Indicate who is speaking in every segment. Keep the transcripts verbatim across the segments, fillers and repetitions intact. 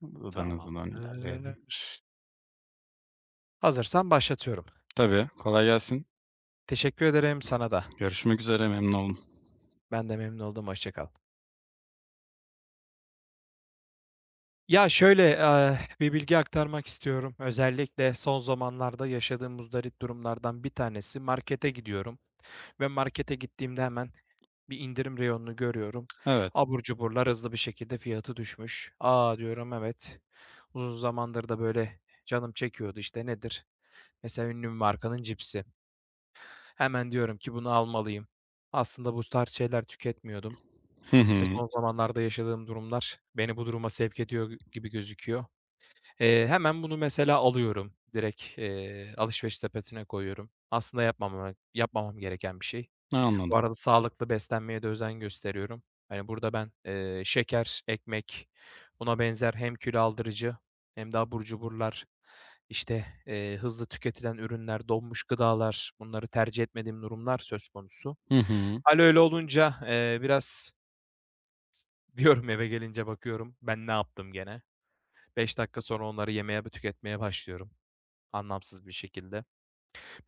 Speaker 1: Buradan hızlıdan
Speaker 2: Tamamdır.
Speaker 1: ilerleyelim.
Speaker 2: Hazırsan başlatıyorum.
Speaker 1: Tabii, kolay gelsin.
Speaker 2: Teşekkür ederim sana da.
Speaker 1: Görüşmek üzere, memnun oldum.
Speaker 2: Ben de memnun oldum. Hoşça kal. Ya şöyle, eee, bir bilgi aktarmak istiyorum. Özellikle son zamanlarda yaşadığım muzdarip durumlardan bir tanesi markete gidiyorum ve markete gittiğimde hemen bir indirim reyonunu görüyorum.
Speaker 1: Evet.
Speaker 2: Abur cuburlar hızlı bir şekilde fiyatı düşmüş. "A!" diyorum, "Evet, uzun zamandır da böyle canım çekiyordu." İşte nedir? Mesela ünlü bir markanın cipsi. Hemen diyorum ki bunu almalıyım. Aslında bu tarz şeyler tüketmiyordum
Speaker 1: Hı
Speaker 2: ve
Speaker 1: hı.
Speaker 2: son zamanlarda yaşadığım durumlar beni bu duruma sevk ediyor gü gibi gözüküyor. Eee, hemen bunu mesela alıyorum. Direkt, eee, alışveriş sepetine koyuyorum. Aslında yapmama yapmamam gereken bir şey. Bu
Speaker 1: Anladım.
Speaker 2: arada sağlıklı beslenmeye de özen gösteriyorum. Hani, burada ben, eee, şeker, ekmek, buna benzer hem kilo aldırıcı hem de abur cuburlar, işte, eee, hızlı tüketilen ürünler, donmuş gıdalar, bunları tercih etmediğim durumlar söz konusu.
Speaker 1: Hı hı.
Speaker 2: Hâl öyle olunca, eee, biraz diyorum eve gelince bakıyorum, "Ben ne yaptım gene?" Beş dakika sonra onları yemeye, tüketmeye başlıyorum anlamsız bir şekilde.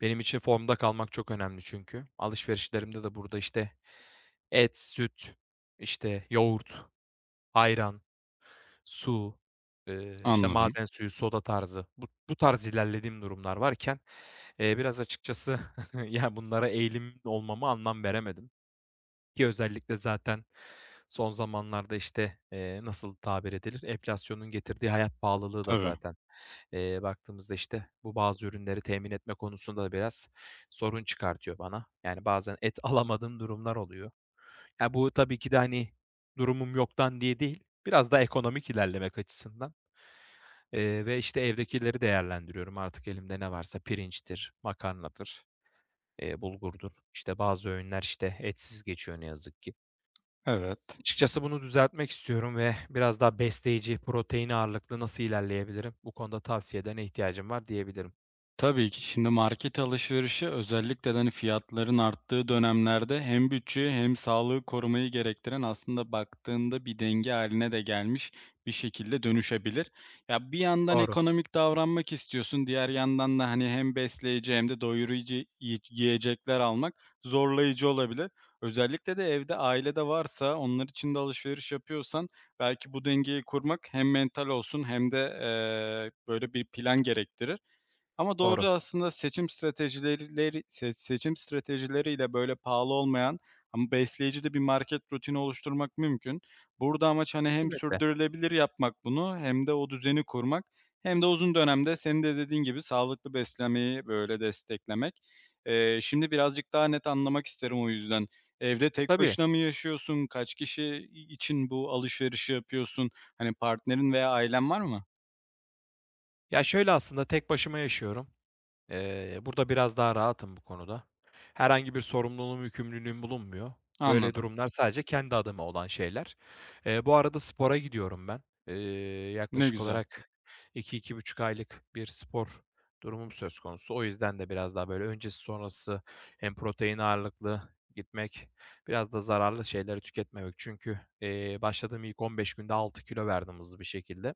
Speaker 2: Benim için formda kalmak çok önemli çünkü. Alışverişlerimde de burada, işte, et, süt, işte, yoğurt, ayran, su, eee, işte,
Speaker 1: Anladım.
Speaker 2: maden suyu, soda tarzı bu bu tarz ilerlediğim durumlar varken, eee, biraz açıkçası ya, bunlara eğilim olmamı anlam veremedim ki özellikle zaten son zamanlarda, işte, eee, nasıl tabir edilir, enflasyonun getirdiği hayat pahalılığı da
Speaker 1: Tabii.
Speaker 2: zaten eee, baktığımızda, işte, bu bazı ürünleri temin etme konusunda da biraz sorun çıkartıyor bana. Yani, bazen et alamadığım durumlar oluyor. Ya, bu tabii ki de, hani, durumum yoktan diye değil, biraz daha ekonomik ilerlemek açısından, eee, ve, işte, evdekileri değerlendiriyorum. Artık elimde ne varsa pirinçtir, makarnadır, eee, bulgurdur. İşte, bazı öğünler, işte, etsiz geçiyor ne yazık ki.
Speaker 1: Evet.
Speaker 2: Açıkçası bunu düzeltmek istiyorum ve biraz daha besleyici, protein ağırlıklı nasıl ilerleyebilirim? Bu konuda tavsiyene ihtiyacım var diyebilirim.
Speaker 1: Tabii ki şimdi market alışverişi özellikle de hani fiyatların arttığı dönemlerde hem bütçeyi hem sağlığı korumayı gerektiren aslında baktığında bir denge haline de gelmiş bir şekilde dönüşebilir. Ya bir yandan
Speaker 2: Doğru.
Speaker 1: ekonomik davranmak istiyorsun, diğer yandan da hani hem besleyici hem de doyurucu yi- yiyecekler almak zorlayıcı olabilir. Özellikle de evde ailede varsa onlar için de alışveriş yapıyorsan belki bu dengeyi kurmak hem mental olsun hem de eee, böyle bir plan gerektirir. Ama doğru
Speaker 2: Doğru.
Speaker 1: aslında seçim stratejileri se seçim stratejileriyle, böyle, pahalı olmayan ama besleyici de bir market rutini oluşturmak mümkün. Burada amaç, hani, hem
Speaker 2: Elbette.
Speaker 1: sürdürülebilir yapmak bunu hem de o düzeni kurmak hem de uzun dönemde senin de dediğin gibi sağlıklı beslemeyi böyle, desteklemek. Eee, şimdi birazcık daha net anlamak isterim o yüzden. Evde tek
Speaker 2: Tabii.
Speaker 1: başına mı yaşıyorsun? Kaç kişi için bu alışverişi yapıyorsun? Hani, partnerin veya ailen var mı?
Speaker 2: Ya, şöyle aslında tek başıma yaşıyorum. Eee, burada biraz daha rahatım bu konuda. Herhangi bir sorumluluğum, yükümlülüğüm bulunmuyor. Böyle
Speaker 1: Anladım.
Speaker 2: durumlar sadece kendi adıma olan şeyler. Eee, bu arada spora gidiyorum ben. Eee,
Speaker 1: Ne
Speaker 2: yaklaşık
Speaker 1: güzel.
Speaker 2: olarak iki iki buçuk aylık bir spor durumum söz konusu. O yüzden de biraz daha böyle öncesi sonrası hem protein ağırlıklı gitmek, biraz da zararlı şeyleri tüketmemek. Çünkü, eee, başladığım ilk on beş günde altı kilo verdim hızlı bir şekilde.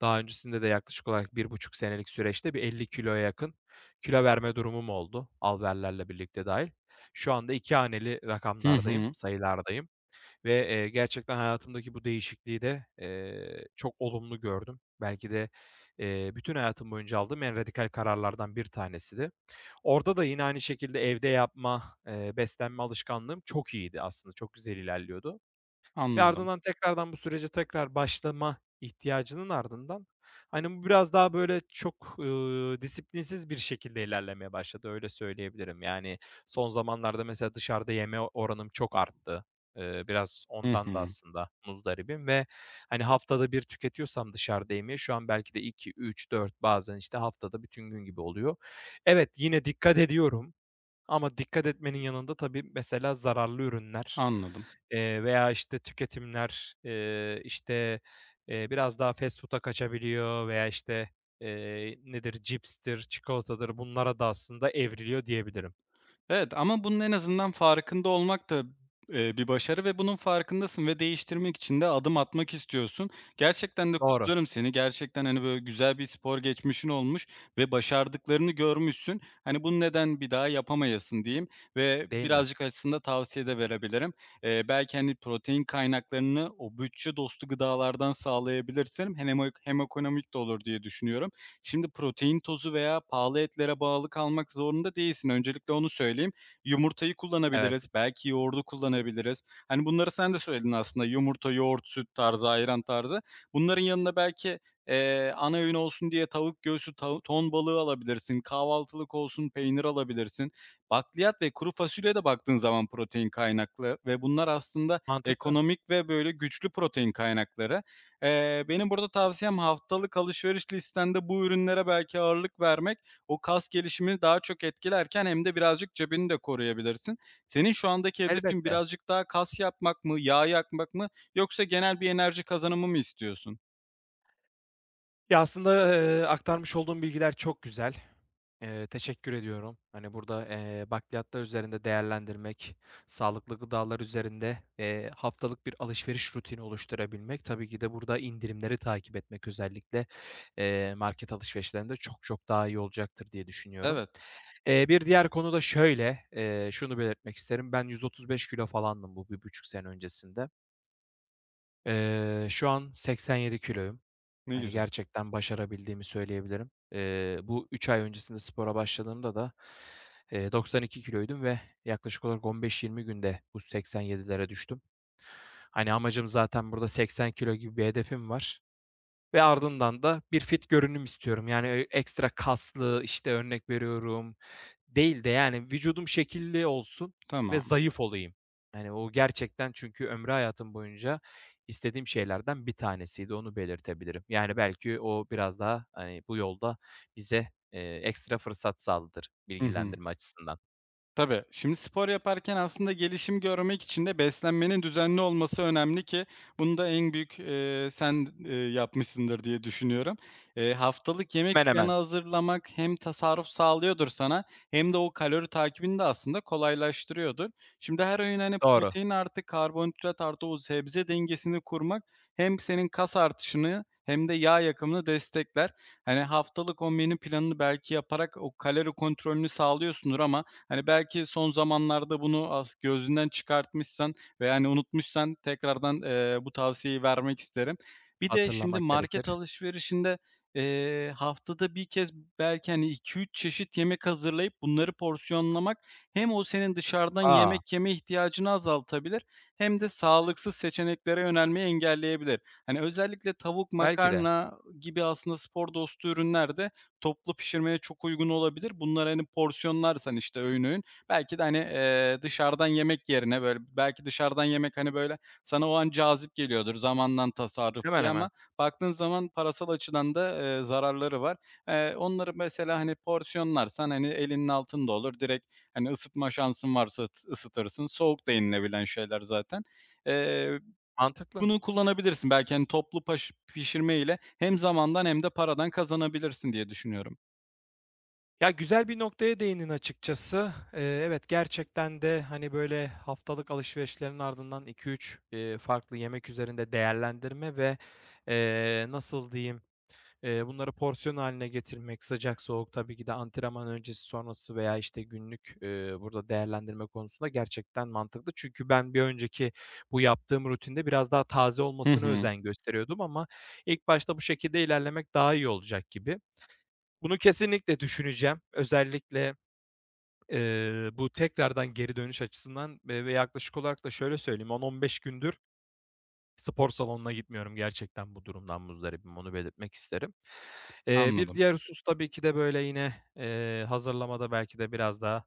Speaker 2: Daha öncesinde de yaklaşık olarak bir buçuk senelik süreçte bir elli kiloya yakın kilo verme durumum oldu, alverlerle birlikte dahil. Şu anda iki haneli
Speaker 1: Hı
Speaker 2: rakamlardayım,
Speaker 1: hı.
Speaker 2: sayılardayım ve, eee, gerçekten hayatımdaki bu değişikliği de, eee, çok olumlu gördüm. Belki de, eee, bütün hayatım boyunca aldığım en radikal kararlardan bir tanesiydi. Orada da yine aynı şekilde evde yapma, eee, beslenme alışkanlığım çok iyiydi aslında, çok güzel ilerliyordu. Ve
Speaker 1: Anladım.
Speaker 2: ardından tekrardan bu sürece tekrar başlama ihtiyacının ardından, hani, bu biraz daha, böyle, çok, ııı, disiplinsiz bir şekilde ilerlemeye başladı, öyle söyleyebilirim. Yani, son zamanlarda mesela dışarıda yeme oranım çok arttı. Eee, biraz
Speaker 1: Hı
Speaker 2: ondan da
Speaker 1: hı,
Speaker 2: aslında muzdaribim ve, hani, haftada bir tüketiyorsam dışarıda yemeği şu an belki de iki üç dört bazen, işte, haftada bütün gün gibi oluyor. Evet, yine dikkat ediyorum ama dikkat etmenin yanında tabii mesela zararlı ürünler,
Speaker 1: anladım.
Speaker 2: eee, veya, işte, tüketimler, eee, işte, eee, biraz daha fast food'a kaçabiliyor veya, işte, eee, nedir, cipstir, çikolatadır bunlara da aslında evriliyor diyebilirim.
Speaker 1: Evet, ama bunun en azından farkında olmak da, eee, bir başarı ve bunun farkındasın ve değiştirmek için de adım atmak istiyorsun. Gerçekten de
Speaker 2: Doğru,
Speaker 1: kutlarım seni. Gerçekten, hani, böyle güzel bir spor geçmişin olmuş ve başardıklarını görmüşsün. Hani, bunu neden bir daha yapamayasın diyeyim ve
Speaker 2: değil mi?
Speaker 1: birazcık aslında tavsiye de verebilirim. Eee, belki, hani, protein kaynaklarını o bütçe dostu gıdalardan sağlayabilirsin. Hem emo hem ekonomik de olur diye düşünüyorum. Şimdi protein tozu veya pahalı etlere bağlı kalmak zorunda değilsin. Öncelikle onu söyleyeyim. Yumurtayı kullanabiliriz,
Speaker 2: Evet.
Speaker 1: belki yoğurdu kullanabiliriz. Hani bunları sen de söyledin aslında. Yumurta, yoğurt, süt tarzı, ayran tarzı. Bunların yanına belki, eee, ana öğün olsun diye tavuk göğsü, tavu ton balığı alabilirsin. Kahvaltılık olsun, peynir alabilirsin. Bakliyat ve kuru fasulye de baktığın zaman protein kaynaklı ve bunlar aslında
Speaker 2: Mantıklı.
Speaker 1: ekonomik ve böyle güçlü protein kaynakları. Eee, benim burada tavsiyem haftalık alışveriş listende bu ürünlere belki ağırlık vermek, o kas gelişimini daha çok etkilerken hem de birazcık cebini de koruyabilirsin. Senin şu andaki hedefin
Speaker 2: Elbette.
Speaker 1: birazcık daha kas yapmak mı, yağ yakmak mı yoksa genel bir enerji kazanımı mı istiyorsun?
Speaker 2: Ya, aslında, eee, aktarmış olduğum bilgiler çok güzel. Eee, teşekkür ediyorum. Hani, burada, eee, bakliyatlar üzerinde değerlendirmek, sağlıklı gıdalar üzerinde, eee, haftalık bir alışveriş rutini oluşturabilmek, tabii ki de burada indirimleri takip etmek özellikle, eee, market alışverişlerinde çok çok daha iyi olacaktır diye düşünüyorum.
Speaker 1: Evet,
Speaker 2: Eee, bir diğer konu da şöyle, eee, şunu belirtmek isterim. Ben yüz otuz beş kilo falandım bu bir buçuk sene öncesinde. Eee, şu an seksen yedi kiloyum.
Speaker 1: ne
Speaker 2: Hani,
Speaker 1: güzel.
Speaker 2: gerçekten başarabildiğimi söyleyebilirim. Eee, bu üç ay öncesinde spora başladığımda da, eee, doksan iki kiloydum ve yaklaşık olarak on beş yirmi günde bu seksen yedilere düştüm. Hani, amacım zaten burada seksen kilo gibi bir hedefim var ve ardından da bir fit görünüm istiyorum. Yani, eee, ekstra kaslı, işte, örnek veriyorum, değil de yani vücudum şekilli olsun ve
Speaker 1: Tamam.
Speaker 2: zayıf olayım, yani o gerçekten. Çünkü ömrü hayatım boyunca istediğim şeylerden bir tanesiydi, onu belirtebilirim. Yani belki o biraz daha, hani, bu yolda bize, eee, ekstra fırsat sağladır
Speaker 1: Hı hı.
Speaker 2: bilgilendirme açısından.
Speaker 1: Tabii. Şimdi spor yaparken aslında gelişim görmek için de beslenmenin düzenli olması önemli ki bunu da en büyük, eee, sen, eee, yapmışsındır diye düşünüyorum. Eee, haftalık yemek
Speaker 2: Hemen
Speaker 1: planı
Speaker 2: hemen.
Speaker 1: hazırlamak hem tasarruf sağlıyordur sana hem de o kalori takibini de aslında kolaylaştırıyordur. Şimdi her öğün, hani,
Speaker 2: Doğru.
Speaker 1: protein artı karbonhidrat artı o sebze dengesini kurmak hem senin kas artışını hem de yağ yakımını destekler. Hani, haftalık o menü planını belki yaparak o kalori kontrolünü sağlıyorsundur ama hani, belki son zamanlarda bunu as gözünden çıkartmışsan ve, yani unutmuşsan tekrardan, eee, bu tavsiyeyi vermek isterim. Bir de şimdi
Speaker 2: Hatırlamak
Speaker 1: market
Speaker 2: gerekir.
Speaker 1: alışverişinde, eee, haftada bir kez belki, hani, iki üç çeşit yemek hazırlayıp bunları porsiyonlamak hem o senin dışarıdan
Speaker 2: A!
Speaker 1: yemek yeme ihtiyacını azaltabilir hem de sağlıksız seçeneklere yönelmeyi engelleyebilir. Hani, özellikle tavuk,
Speaker 2: Belki de.
Speaker 1: makarna gibi aslında spor dostu ürünler de toplu pişirmeye çok uygun olabilir. Bunları, hani, porsiyonlarsan, işte, öğün öğün belki de, hani, eee, dışarıdan yemek yerine, böyle, belki dışarıdan yemek, hani, böyle, sana o an cazip geliyordur zamandan tasarruf
Speaker 2: Hemen
Speaker 1: diye ama
Speaker 2: hemen.
Speaker 1: baktığın zaman parasal açıdan da, eee, zararları var. Eee, onları mesela, hani, porsiyonlarsan, hani, elinin altında olur. Direkt, hani, ısıtma şansın varsa ıt ısıtırsın. Soğuk da yenilebilen şeyler zaten. Eee,
Speaker 2: Mantıklı.
Speaker 1: Bunu kullanabilirsin. Belki, hani, toplu paş pişirme ile hem zamandan hem de paradan kazanabilirsin diye düşünüyorum.
Speaker 2: Ya, güzel bir noktaya değindin açıkçası. Eee, evet, gerçekten de, hani, böyle, haftalık alışverişlerin ardından iki üç farklı yemek üzerinde değerlendirme ve, eee, nasıl diyeyim, eee, bunları porsiyon haline getirmek, sıcak soğuk tabii ki de antrenman öncesi, sonrası veya, işte, günlük, eee, burada değerlendirme konusunda gerçekten mantıklı. Çünkü ben bir önceki bu yaptığım rutinde biraz daha taze
Speaker 1: Hı
Speaker 2: olmasına
Speaker 1: hı.
Speaker 2: özen gösteriyordum ama ilk başta bu şekilde ilerlemek daha iyi olacak gibi. Bunu kesinlikle düşüneceğim. Özellikle, eee, bu tekrardan geri dönüş açısından ve ve yaklaşık olarak da şöyle söyleyeyim, on on beş gündür spor salonuna gitmiyorum. Gerçekten bu durumdan muzdaribim. Onu belirtmek isterim. Eee, bir
Speaker 1: Anladım.
Speaker 2: diğer husus tabii ki de böyle yine, eee, hazırlamada belki de biraz daha,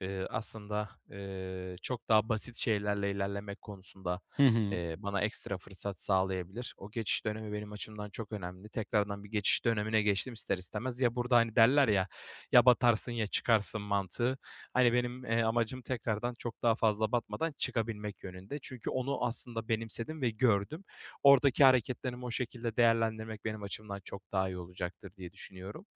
Speaker 2: eee, aslında, eee, çok daha basit şeylerle ilerlemek konusunda,
Speaker 1: Hı hı.
Speaker 2: eee, bana ekstra fırsat sağlayabilir. O geçiş dönemi benim açımdan çok önemli. Tekrardan bir geçiş dönemine geçtim ister istemez. Ya burada, hani, derler ya, "Ya batarsın ya çıkarsın." mantığı. Hani benim, eee, amacım tekrardan çok daha fazla batmadan çıkabilmek yönünde. Çünkü onu aslında benimsedim ve gördüm. Oradaki hareketlerimi o şekilde değerlendirmek benim açımdan çok daha iyi olacaktır diye düşünüyorum.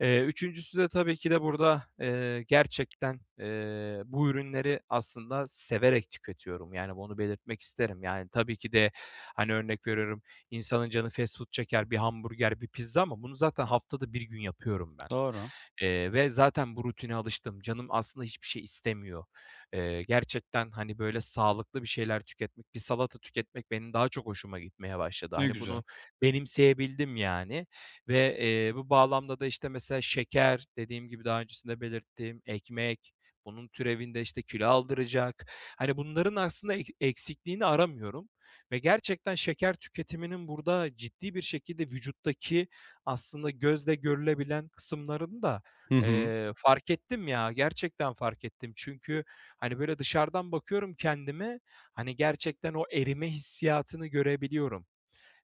Speaker 2: Eee, üçüncüsü de tabii ki de burada, eee, gerçekten, eee, bu ürünleri aslında severek tüketiyorum. Yani bunu belirtmek isterim. Yani tabii ki de, hani, örnek veriyorum, insanın canı fast food çeker, bir hamburger, bir pizza ama bunu zaten haftada bir gün yapıyorum ben.
Speaker 1: Doğru.
Speaker 2: Eee, ve zaten bu rutine alıştım. Canım aslında hiçbir şey istemiyor. Eee, gerçekten, hani, böyle sağlıklı bir şeyler tüketmek, bir salata tüketmek benim daha çok hoşuma gitmeye başladı.
Speaker 1: Ne
Speaker 2: Hani,
Speaker 1: güzel.
Speaker 2: bunu benimseyebildim yani ve, eee, bu bağlamda da, işte, mesela şeker, dediğim gibi daha öncesinde belirttiğim ekmek, bunun türevinde, işte, kilo aldıracak. Hani, bunların aslında ek eksikliğini aramıyorum ve gerçekten şeker tüketiminin burada ciddi bir şekilde vücuttaki aslında gözle görülebilen kısımlarını da
Speaker 1: Hı hı.
Speaker 2: Eee, fark ettim ya, gerçekten fark ettim. Çünkü, hani, böyle, dışarıdan bakıyorum kendime, hani, gerçekten o erime hissiyatını görebiliyorum.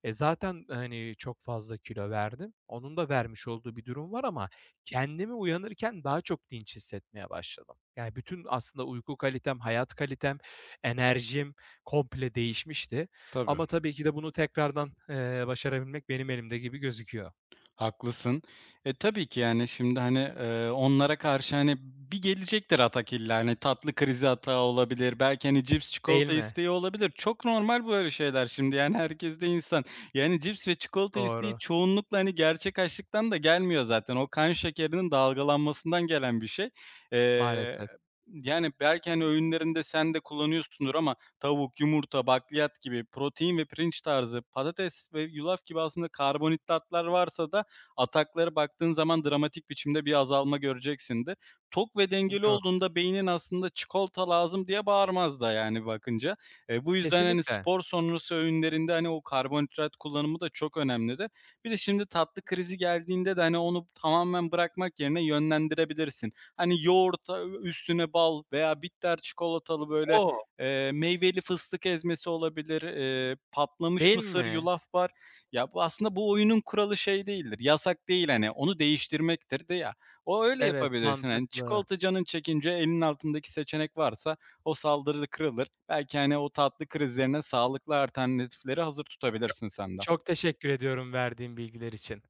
Speaker 2: E, zaten, hani, çok fazla kilo verdim. Onun da vermiş olduğu bir durum var ama kendimi uyanırken daha çok dinç hissetmeye başladım. Yani, bütün aslında uyku kalitem, hayat kalitem, enerjim komple değişmişti
Speaker 1: Tabii.
Speaker 2: ama tabii ki de bunu tekrardan, eee, başarabilmek benim elimde gibi gözüküyor.
Speaker 1: Haklısın. E, tabii ki yani şimdi, hani, eee, onlara karşı, hani, bir gelecektir atak illa. Hani, tatlı krizi atağı olabilir, belki, hani, cips,
Speaker 2: Değil
Speaker 1: çikolata
Speaker 2: mi?
Speaker 1: isteği olabilir. Çok normal böyle şeyler şimdi, yani, herkes de insan. Yani, cips ve çikolata isteği
Speaker 2: Doğru.
Speaker 1: çoğunlukla, hani, gerçek açlıktan da gelmiyor zaten. O kan şekerinin dalgalanmasından gelen bir şey. Eee,
Speaker 2: Maalesef.
Speaker 1: yani, belki, hani, öğünlerinde sen de kullanıyorsundur ama tavuk, yumurta, bakliyat gibi protein ve pirinç tarzı, patates ve yulaf gibi aslında karbonhidratlar varsa da ataklara baktığın zaman dramatik biçimde bir azalma göreceksin de. Tok ve dengeli
Speaker 2: Umuyorum.
Speaker 1: olduğunda beynin aslında "Çikolata lazım." diye bağırmaz da yani bakınca. Eee, bu yüzden, hani,
Speaker 2: Kesinlikle.
Speaker 1: spor sonrası öğünlerinde, hani, o karbonhidrat kullanımı da çok önemli de. Bir de şimdi tatlı krizi geldiğinde de, hani, onu tamamen bırakmak yerine yönlendirebilirsin. Hani, yoğurta üstüne bal veya bitter çikolatalı, böyle,
Speaker 2: O!
Speaker 1: eee, meyveli fıstık ezmesi olabilir, eee, patlamış
Speaker 2: Değil
Speaker 1: mısır,
Speaker 2: mi?
Speaker 1: yulaf var. Ya, bu aslında bu oyunun kuralı şey değildir, yasak değil, hani, onu değiştirmektir de ya. O öyle
Speaker 2: Evet,
Speaker 1: yapabilirsin, hani,
Speaker 2: mantıklı.
Speaker 1: çikolata canın çekince elinin altındaki seçenek varsa o saldırı kırılır. Belki, hani, o tatlı krizlerine sağlıklı alternatifleri hazır
Speaker 2: Ço
Speaker 1: tutabilirsin sen de.
Speaker 2: çok teşekkür ediyorum verdiğin bilgiler için.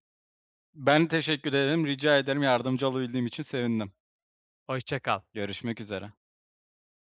Speaker 1: Ben teşekkür ederim, rica ederim. Yardımcı olabildiğim için sevindim.
Speaker 2: Hoşça kal.
Speaker 1: Görüşmek üzere.